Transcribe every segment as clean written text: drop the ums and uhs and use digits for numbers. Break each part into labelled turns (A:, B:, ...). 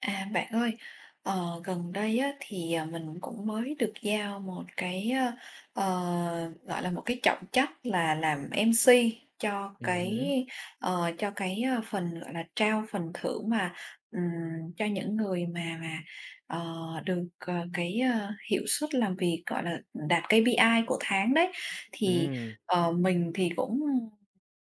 A: À, bạn ơi, gần đây á, thì mình cũng mới được giao một cái gọi là một cái trọng trách là làm MC cho cái
B: Hứm,
A: cho cái phần gọi là trao phần thưởng mà cho những người mà được cái hiệu suất làm việc gọi là đạt KPI của tháng đấy thì
B: ừm.
A: mình thì cũng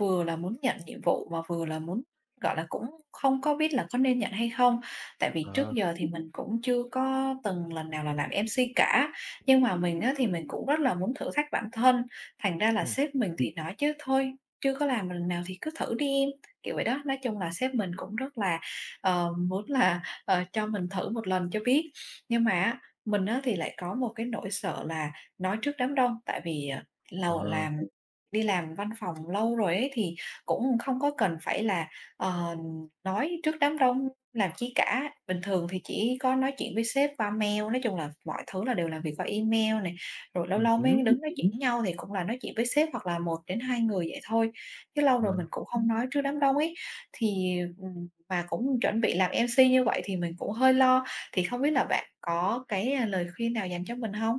A: vừa là muốn nhận nhiệm vụ mà vừa là muốn gọi là cũng không có biết là có nên nhận hay không. Tại vì trước
B: Ờ,
A: giờ thì mình cũng chưa có từng lần nào là làm MC cả, nhưng mà mình á, thì mình cũng rất là muốn thử thách bản thân, thành ra là
B: Ừm.
A: sếp mình thì nói chứ "Thôi, chưa có làm lần nào thì cứ thử đi em", kiểu vậy đó. Nói chung là sếp mình cũng rất là, muốn là, cho mình thử một lần cho biết. Nhưng mà á, mình á, thì lại có một cái nỗi sợ là nói trước đám đông, tại vì,
B: ờ,
A: lầu làm đi làm văn phòng lâu rồi ấy, thì cũng không có cần phải là, ờ, nói trước đám đông làm ký cả, bình thường thì chỉ có nói chuyện với sếp qua mail, nói chung là mọi thứ là đều làm việc qua email này, rồi lâu lâu
B: Hứm.
A: mới đứng nói chuyện với nhau thì cũng là nói chuyện với sếp hoặc là một đến hai người vậy thôi, chứ lâu rồi mình
B: Ờ,
A: cũng không nói trước đám đông ấy. Thì, mà cũng chuẩn bị làm MC như vậy thì mình cũng hơi lo, thì không biết là bạn có cái, lời khuyên nào dành cho mình không?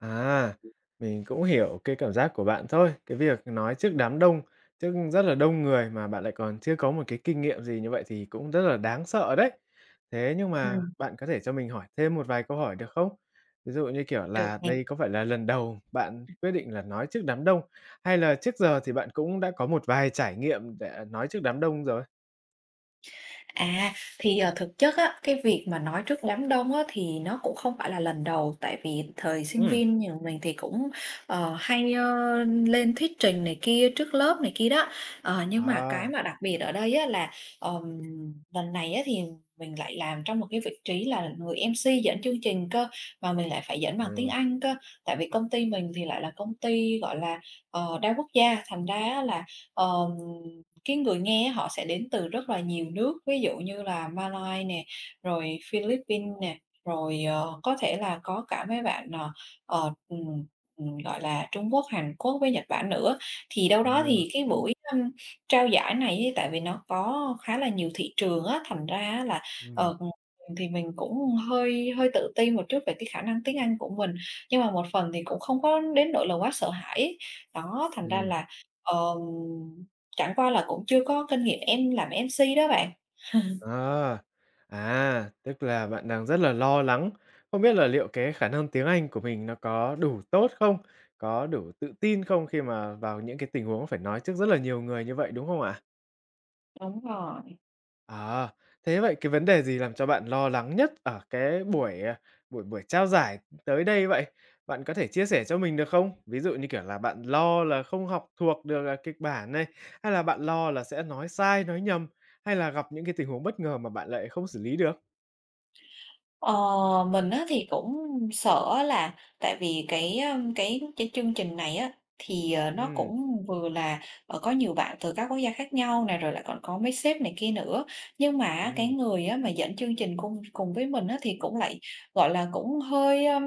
B: à, Mình cũng hiểu cái cảm giác của bạn thôi. Cái việc nói trước đám đông, trước rất là đông người mà bạn lại còn chưa có một cái kinh nghiệm gì như vậy thì cũng rất là đáng sợ đấy. Thế nhưng mà
A: Ừm.
B: bạn có thể cho mình hỏi thêm một vài câu hỏi được không? Ví dụ như, kiểu
A: Được
B: là,
A: nè.
B: đây có phải là lần đầu bạn quyết định là nói trước đám đông, hay là trước giờ thì bạn cũng đã có một vài trải nghiệm để nói trước đám đông rồi?
A: À, thì, thực chất á, cái việc mà nói trước đám đông á, thì nó cũng không phải là lần đầu, tại vì thời sinh
B: Ừm.
A: viên nhà mình thì cũng, hay, lên thuyết trình này kia trước lớp này kia đó. Ờ, nhưng mà cái
B: À,
A: mà đặc biệt ở đây á, là, ờm, lần này á, thì mình lại làm trong một cái vị trí là người MC dẫn chương trình cơ, mà mình lại phải dẫn
B: Ờ.
A: bằng tiếng
B: ừ,
A: Anh cơ. Tại vì công ty mình thì lại là công ty, gọi là, đa quốc gia, thành ra á, là, cái người nghe họ sẽ đến từ rất là nhiều nước, ví dụ như là Malai nè, rồi Philippines nè, rồi, có thể là có cả mấy bạn, ờ, ừm, gọi là, Trung Quốc, Hàn Quốc với Nhật Bản nữa. Thì đâu đó
B: ờ,
A: thì cái buổi, trao giải này ấy, tại vì nó có khá là nhiều thị trường á, thành ra á là,
B: ừm.
A: ờ, thì mình cũng hơi hơi tự ti một chút về cái khả năng tiếng Anh của mình, nhưng mà một phần thì cũng không có đến nỗi là quá sợ hãi ấy. Đó, thành ra
B: Ừm.
A: là, ờm chẳng qua là cũng chưa có kinh nghiệm em làm MC đó bạn.
B: À, à, Tức là bạn đang rất là lo lắng, không biết là liệu cái khả năng tiếng Anh của mình nó có đủ tốt không? Có đủ tự tin không khi mà vào những cái tình huống phải nói trước rất là nhiều người như vậy, đúng không ạ?
A: Đúng rồi.
B: À, Thế vậy cái vấn đề gì làm cho bạn lo lắng nhất ở cái buổi buổi trao giải tới đây vậy? Bạn có thể chia sẻ cho mình được không? Ví dụ như, kiểu là, bạn lo là không học thuộc được kịch bản này, hay là bạn lo là sẽ nói sai, nói nhầm, hay là gặp những cái tình huống bất ngờ mà bạn lại không xử lý được?
A: Ờ, mình á thì cũng sợ là tại vì cái, cái chương trình này á, thì, nó
B: Ừm,
A: cũng vừa là, có nhiều bạn từ các quốc gia khác nhau này, rồi lại còn có mấy sếp này kia nữa. Nhưng mà á, cái
B: ừm.
A: người á mà dẫn chương trình cùng cùng với mình á thì cũng lại, gọi là, cũng hơi,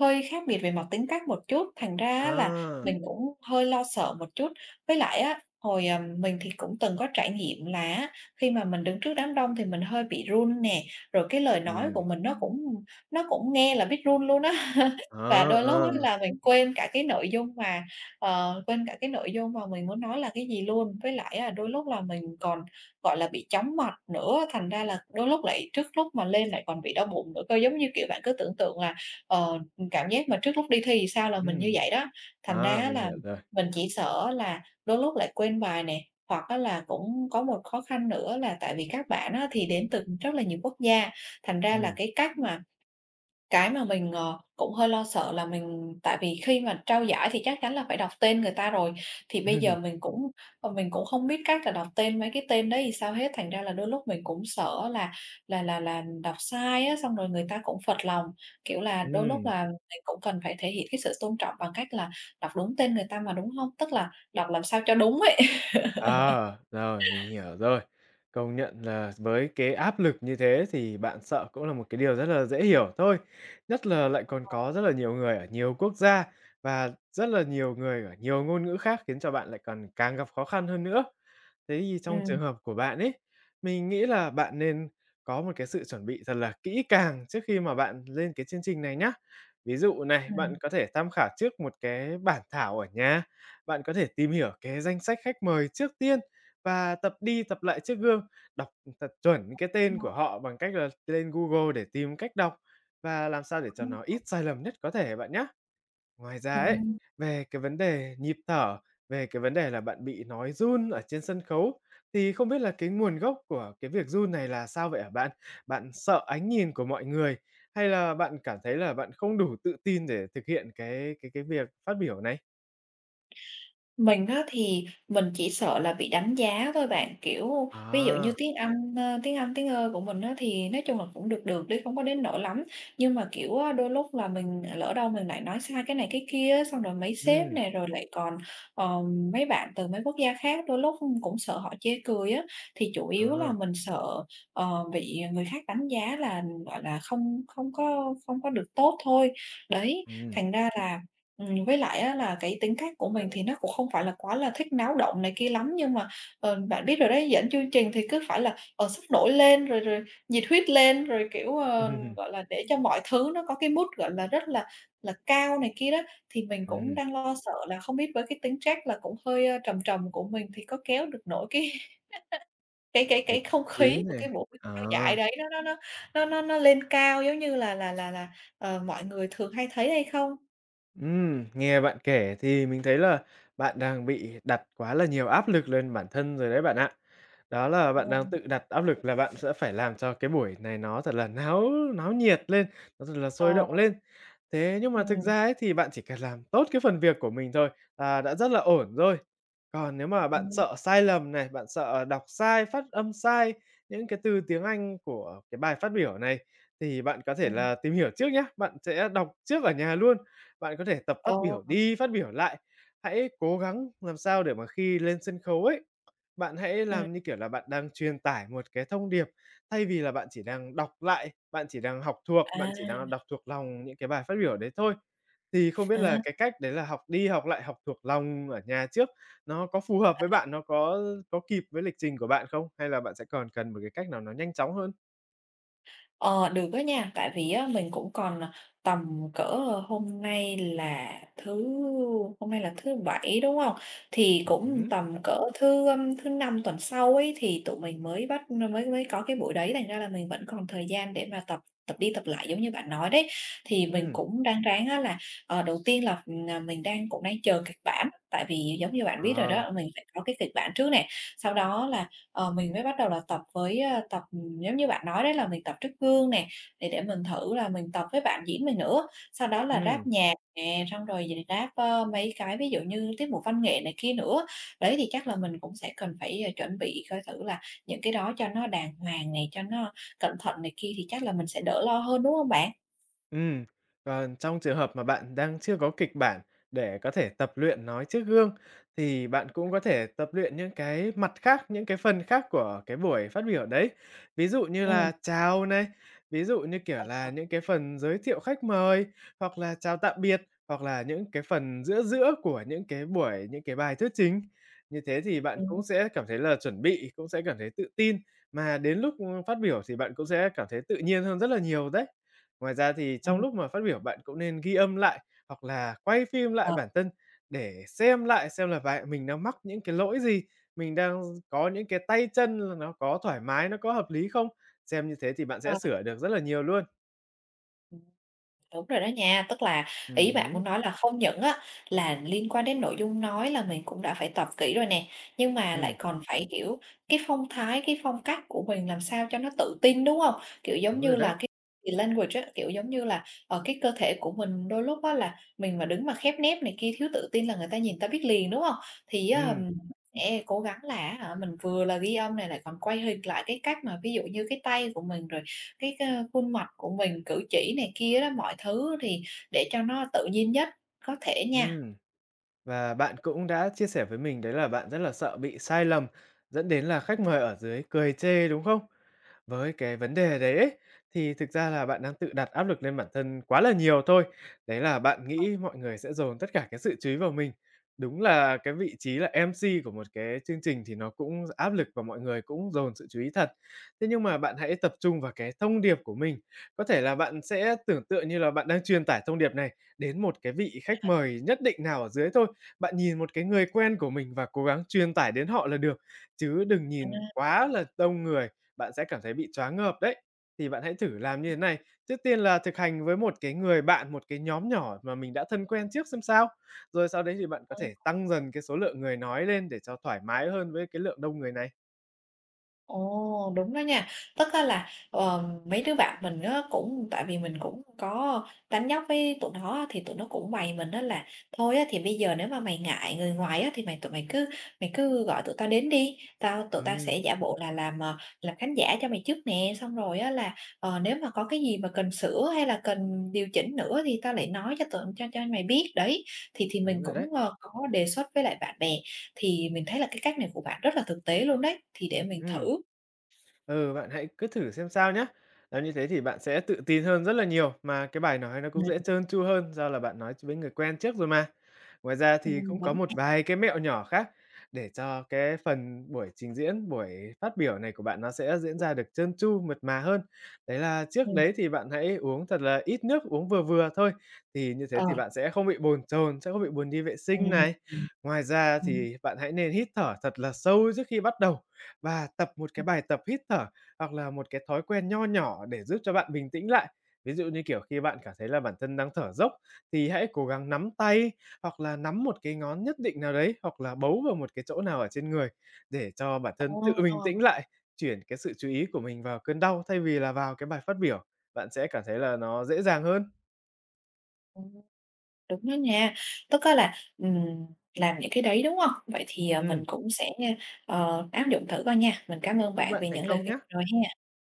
A: hơi khác biệt về mặt tính cách một chút, thành ra á là
B: À,
A: mình cũng hơi lo sợ một chút. Với lại á, hồi, mình thì cũng từng có trải nghiệm là á, khi mà mình đứng trước đám đông thì mình hơi bị run nè, rồi cái lời nói
B: Ừm.
A: của mình nó cũng nghe là biết run luôn á.
B: ờ,
A: Và đôi lúc á
B: ờ.
A: là mình quên cả cái nội dung mà mình muốn nói là cái gì luôn. Với lại á, đôi lúc là mình còn, gọi là, bị chóng mặt nữa, thành ra là đôi lúc lại trước lúc mà lên lại còn bị đau bụng nữa cơ. Giống như, kiểu, bạn cứ tưởng tượng là, ờ cảm giác mà trước lúc đi thi thì sao là mình như
B: Ừm.
A: vậy đó, thành ra
B: À,
A: á
B: Mình
A: là
B: hiểu rồi.
A: mình chỉ sợ là đôi lúc lại quên bài nè, hoặc á là cũng có một khó khăn nữa là tại vì các bạn á thì đến từ rất là nhiều quốc gia, thành ra là
B: Ừm,
A: cái cách mà cái mà mình, cũng hơi lo sợ là mình tại vì khi mà trao giải thì chắc chắn là phải đọc tên người ta rồi, thì bây giờ mình cũng, mình cũng không biết cách là đọc tên mấy cái tên đấy thì sao hết, thành ra là đôi lúc mình cũng sợ là đọc sai á, xong rồi người ta cũng phật lòng. Kiểu là, đôi lúc
B: ừm.
A: là mình cũng cần phải thể hiện cái sự tôn trọng bằng cách là đọc đúng tên người ta mà, đúng không? Tức là đọc làm sao cho đúng ấy.
B: À, rồi, Mình hiểu rồi. Công nhận là với cái áp lực như thế thì bạn sợ cũng là một cái điều rất là dễ hiểu thôi, nhất là lại còn có rất là nhiều người ở nhiều quốc gia và rất là nhiều người ở nhiều ngôn ngữ khác khiến cho bạn lại còn càng gặp khó khăn hơn nữa. Thế thì trong
A: Ừm,
B: trường hợp của bạn ấy, mình nghĩ là bạn nên có một cái sự chuẩn bị thật là kỹ càng trước khi mà bạn lên cái chương trình này nhá. Ví dụ này, bạn
A: ừm.
B: có thể tham khảo trước một cái bản thảo ở nhà, bạn có thể tìm hiểu cái danh sách khách mời trước tiên và tập đi tập lại trước gương, đọc thật chuẩn cái tên
A: Đúng
B: của
A: rồi,
B: họ bằng cách là lên Google để tìm cách đọc và làm sao để cho
A: đúng.
B: nó ít sai lầm nhất có thể bạn nhé. Ngoài ra ấy, về cái vấn đề nhịp thở, về cái vấn đề là bạn bị nói run ở trên sân khấu, thì không biết là cái nguồn gốc của cái việc run này là sao vậy hả bạn? Bạn sợ ánh nhìn của mọi người, hay là bạn cảm thấy là bạn không đủ tự tin để thực hiện cái việc phát biểu này?
A: Mình á thì mình chỉ sợ là bị đánh giá thôi bạn, kiểu, ví dụ như
B: À,
A: tiếng Anh, ơ, tiếng Anh, tiếng Ơ của mình á thì nói chung là cũng được được đi, không có đến nỗi lắm. Nhưng mà, kiểu á, đôi lúc là mình lỡ đâu mình lại nói sai cái này cái kia á, xong rồi mấy sếp
B: ừm,
A: này rồi lại còn, ờ, mấy bạn từ mấy quốc gia khác đôi lúc cũng sợ họ chê cười á. Thì chủ yếu là
B: à,
A: mình sợ, bị người khác đánh giá là, gọi là, không không có không có được tốt thôi. Đấy,
B: ừm,
A: thành ra là với lại á là cái tính cách của mình thì nó cũng không phải là quá là thích náo động này kia lắm, nhưng mà, bạn biết rồi đấy, dẫn chương trình thì cứ phải là, sốc nổi lên, rồi rồi nhiệt huyết lên, rồi, kiểu,
B: Ừm.
A: gọi là, để cho mọi thứ nó có cái mood, gọi là, rất là cao này kia đó. Thì mình cũng đang lo sợ là không biết với cái tính chất là cũng hơi, trầm trầm của mình thì có kéo được nổi cái cái cái
B: Cái
A: cái
B: vũ
A: không
B: khí
A: khí của
B: này.
A: cái buổi
B: À.
A: trao giải đấy nó lên cao giống như là, mọi người thường hay thấy hay không?
B: Nghe bạn kể thì mình thấy là bạn đang bị đặt quá là nhiều áp lực lên bản thân rồi đấy bạn ạ. Đó là bạn
A: Ồ.
B: đang tự đặt áp lực là bạn sẽ phải làm cho cái buổi này nó thật là náo náo nhiệt lên, nó thật là sôi
A: Ờ.
B: động lên. Thế nhưng mà thực
A: Ừm.
B: ra ấy thì bạn chỉ cần làm tốt cái phần việc của mình thôi là đã rất là ổn rồi. Còn nếu mà bạn
A: Ừm.
B: sợ sai lầm này, bạn sợ đọc sai, phát âm sai những cái từ tiếng Anh của cái bài phát biểu này thì bạn có thể
A: Ừm.
B: là tìm hiểu trước nhá, bạn sẽ đọc trước ở nhà luôn, bạn có thể tập
A: Ồ.
B: phát biểu đi phát biểu lại, hãy cố gắng làm sao để mà khi lên sân khấu ấy, bạn hãy
A: Ừm.
B: làm như kiểu là bạn đang truyền tải một cái thông điệp, thay vì là bạn chỉ đang đọc lại, bạn chỉ đang học thuộc, bạn chỉ
A: À.
B: đang đọc thuộc lòng những cái bài phát biểu đấy thôi. Thì không biết
A: À.
B: là cái cách đấy là học đi học lại, học thuộc lòng ở nhà trước, nó có phù hợp với bạn, nó có kịp với lịch trình của bạn không? Hay là bạn sẽ còn cần một cái cách nào nó nhanh chóng hơn?
A: Ờ, được á nha, tại vì á mình cũng còn, à, tầm cỡ hôm nay là thứ Bảy, đúng hông? Thì cũng
B: Ừm.
A: tầm cỡ thứ, thứ Năm tuần sau ấy thì tụi mình mới bắt mới mới có cái buổi đấy, thành ra là mình vẫn còn thời gian để mà tập tập đi tập lại giống như bạn nói đấy. Thì mình
B: Ừm,
A: cũng đang ráng á là, đầu tiên là mình cũng đang chờ kịch bản, tại vì giống như bạn biết rồi
B: ờ,
A: đó, mình phải có cái kịch bản trước nè, sau đó là mình mới bắt đầu là tập với, tập, giống như bạn nói đấy là mình tập trước gương nè, để mình thử là mình tập với bạn diễn mình nữa. Sau đó là
B: ừm.
A: ráp nhạc nè, xong rồi thì ráp, mấy cái ví dụ như tiết mục văn nghệ này kia nữa. Đấy, thì chắc là mình cũng sẽ cần phải, chuẩn bị coi thử là những cái đó cho nó đàng hoàng này, cho nó cẩn thận này kia thì chắc là mình sẽ đỡ lo hơn, đúng không bạn?
B: Ừm, còn trong trường hợp mà bạn đang chưa có kịch bản để có thể tập luyện nói trước gương, thì bạn cũng có thể tập luyện những cái mặt khác, những cái phần khác của cái buổi phát biểu đấy. Ví dụ như
A: Ừm.
B: là chào này, ví dụ như, kiểu
A: Ờ.
B: là,
A: Ờ.
B: những cái phần giới thiệu khách mời, hoặc là chào tạm biệt, hoặc là những cái phần giữa giữa của những cái buổi, những cái bài thuyết trình. Như thế thì bạn cũng
A: Ừm.
B: sẽ cảm thấy là chuẩn bị, cũng sẽ cảm thấy tự tin, mà đến lúc phát biểu thì bạn cũng sẽ cảm thấy tự nhiên hơn rất là nhiều đấy. Ngoài ra thì trong lúc mà phát biểu bạn cũng nên ghi âm lại hoặc là quay phim lại
A: Ờ.
B: bản thân để xem lại xem là bài mình đang mắc những cái lỗi gì, mình đang có những cái tay chân là nó có thoải mái, nó có hợp lý không? Xem như thế thì bạn sẽ
A: Ờ. Ừ.
B: sửa được rất là nhiều luôn.
A: Đúng rồi đó nha, tức là ý bạn
B: Hứm,
A: muốn nói là không những á là liên quan đến nội dung nói là mình cũng đã phải tập kỹ rồi nè, nhưng mà
B: ừm,
A: lại còn phải, kiểu, cái phong thái, cái phong cách của mình làm sao cho nó tự tin, đúng không? Kiểu, giống
B: đúng rồi
A: như
B: đấy.
A: là, cái language á, kiểu, giống như là, ở cái cơ thể của mình đôi lúc á là mình mà đứng mà khép nép này kia, thiếu tự tin là người ta nhìn ta biết liền, đúng không? Thì á,
B: Ừm,
A: sẽ cố gắng là á hả, mình vừa là ghi âm này lại còn quay hình lại cái cách mà ví dụ như cái tay của mình rồi cái c khuôn mặt của mình, cử chỉ này kia đó, mọi thứ thì để cho nó tự nhiên nhất có thể nha.
B: ừm, và bạn cũng đã chia sẻ với mình đấy là bạn rất là sợ bị sai lầm, dẫn đến là khách mời ở dưới cười chê, đúng không? Với cái vấn đề đấy ấy, thì thực ra là bạn đang tự đặt áp lực lên bản thân quá là nhiều thôi. Đấy là bạn nghĩ mọi người sẽ dồn tất cả cái sự chú ý vào mình. Đúng là cái vị trí là MC của một cái chương trình thì nó cũng áp lực và mọi người cũng dồn sự chú ý thật. Thế nhưng mà bạn hãy tập trung vào cái thông điệp của mình. Có thể là bạn sẽ tưởng tượng như là bạn đang truyền tải thông điệp này đến một cái vị khách mời nhất định nào ở dưới thôi. Bạn nhìn một cái người quen của mình và cố gắng truyền tải đến họ là được, chứ đừng
A: À.
B: nhìn quá là đông người, bạn sẽ cảm thấy bị choáng ngợp đấy. Thì bạn hãy thử làm như thế này, trước tiên là thực hành với một cái người bạn, một cái nhóm nhỏ mà mình đã thân quen trước xem sao. Rồi sau đấy thì bạn có
A: Ờ.
B: thể tăng dần cái số lượng người nói lên để cho thoải mái hơn với cái lượng đông người này.
A: Ồ, đúng đó nha. Tức á là, mấy đứa bạn mình á cũng tại vì mình cũng có đánh nhóc với tụi nó á, thì tụi nó cũng bày mình đó là "Thôi á thì bây giờ nếu mà mày ngại người ngoài á, thì mày cứ gọi tụi tao đến đi, tụi tao
B: Ừm.
A: sẽ giả bộ là làm, làm khán giả cho mày trước nè, xong rồi á là, nếu mà có cái gì mà cần sửa hay là cần điều chỉnh nữa thì tao lại nói cho tụi cho mày biết." Đấy, thì
B: Đúng
A: mình
B: rồi đấy.
A: cũng, có đề xuất với lại bạn bè, thì mình thấy là cái cách này của bạn rất là thực tế luôn đấy, thì để mình
B: Ừm.
A: thử.
B: Ừ, bạn hãy cứ thử xem sao nhé. Làm như thế thì bạn sẽ tự tin hơn rất là nhiều, mà cái bài nói nó cũng
A: Ừm.
B: sẽ trơn tru hơn do là bạn nói với người quen trước rồi mà. Ngoài ra thì
A: Ừm.
B: cũng có
A: Đúng
B: một
A: ha.
B: vài cái mẹo nhỏ khác để cho cái phần buổi trình diễn, buổi phát biểu này của bạn nó sẽ diễn ra được trơn tru, mượt mà hơn. Đấy là trước
A: Ừm.
B: đấy thì bạn hãy uống thật là ít nước, uống vừa vừa thôi. Thì như thế
A: Ờ.
B: thì bạn sẽ không bị bồn chồn, sẽ không bị buồn đi vệ
A: À.
B: sinh này.
A: Ừm.
B: Ngoài ra
A: Ừm.
B: thì bạn hãy nên hít thở thật là sâu trước khi bắt đầu và tập một cái bài tập hít thở hoặc là một cái thói quen nho nhỏ để giúp cho bạn bình tĩnh lại. Ví dụ như, kiểu, khi bạn cảm thấy là bản thân đang thở dốc thì hãy cố gắng nắm tay hoặc là nắm một cái ngón nhất định nào đấy, hoặc là bấu vào một cái chỗ nào ở trên người để cho bản thân tự bình
A: Ồ.
B: tĩnh lại, chuyển cái sự chú ý của mình vào cơn đau thay vì là vào cái bài phát biểu. Bạn sẽ cảm thấy là nó dễ dàng hơn.
A: Ừm. Đúng đó nha. Tức á là, làm những cái đấy, đúng hông? Vậy thì, mình
B: Ừm,
A: cũng sẽ, áp dụng thử coi nha. Mình cảm ơn
B: Chúc
A: bạn
B: bạn
A: vì
B: thành
A: những lời
B: công
A: khuyên
B: nhé.
A: vừa rồi ha.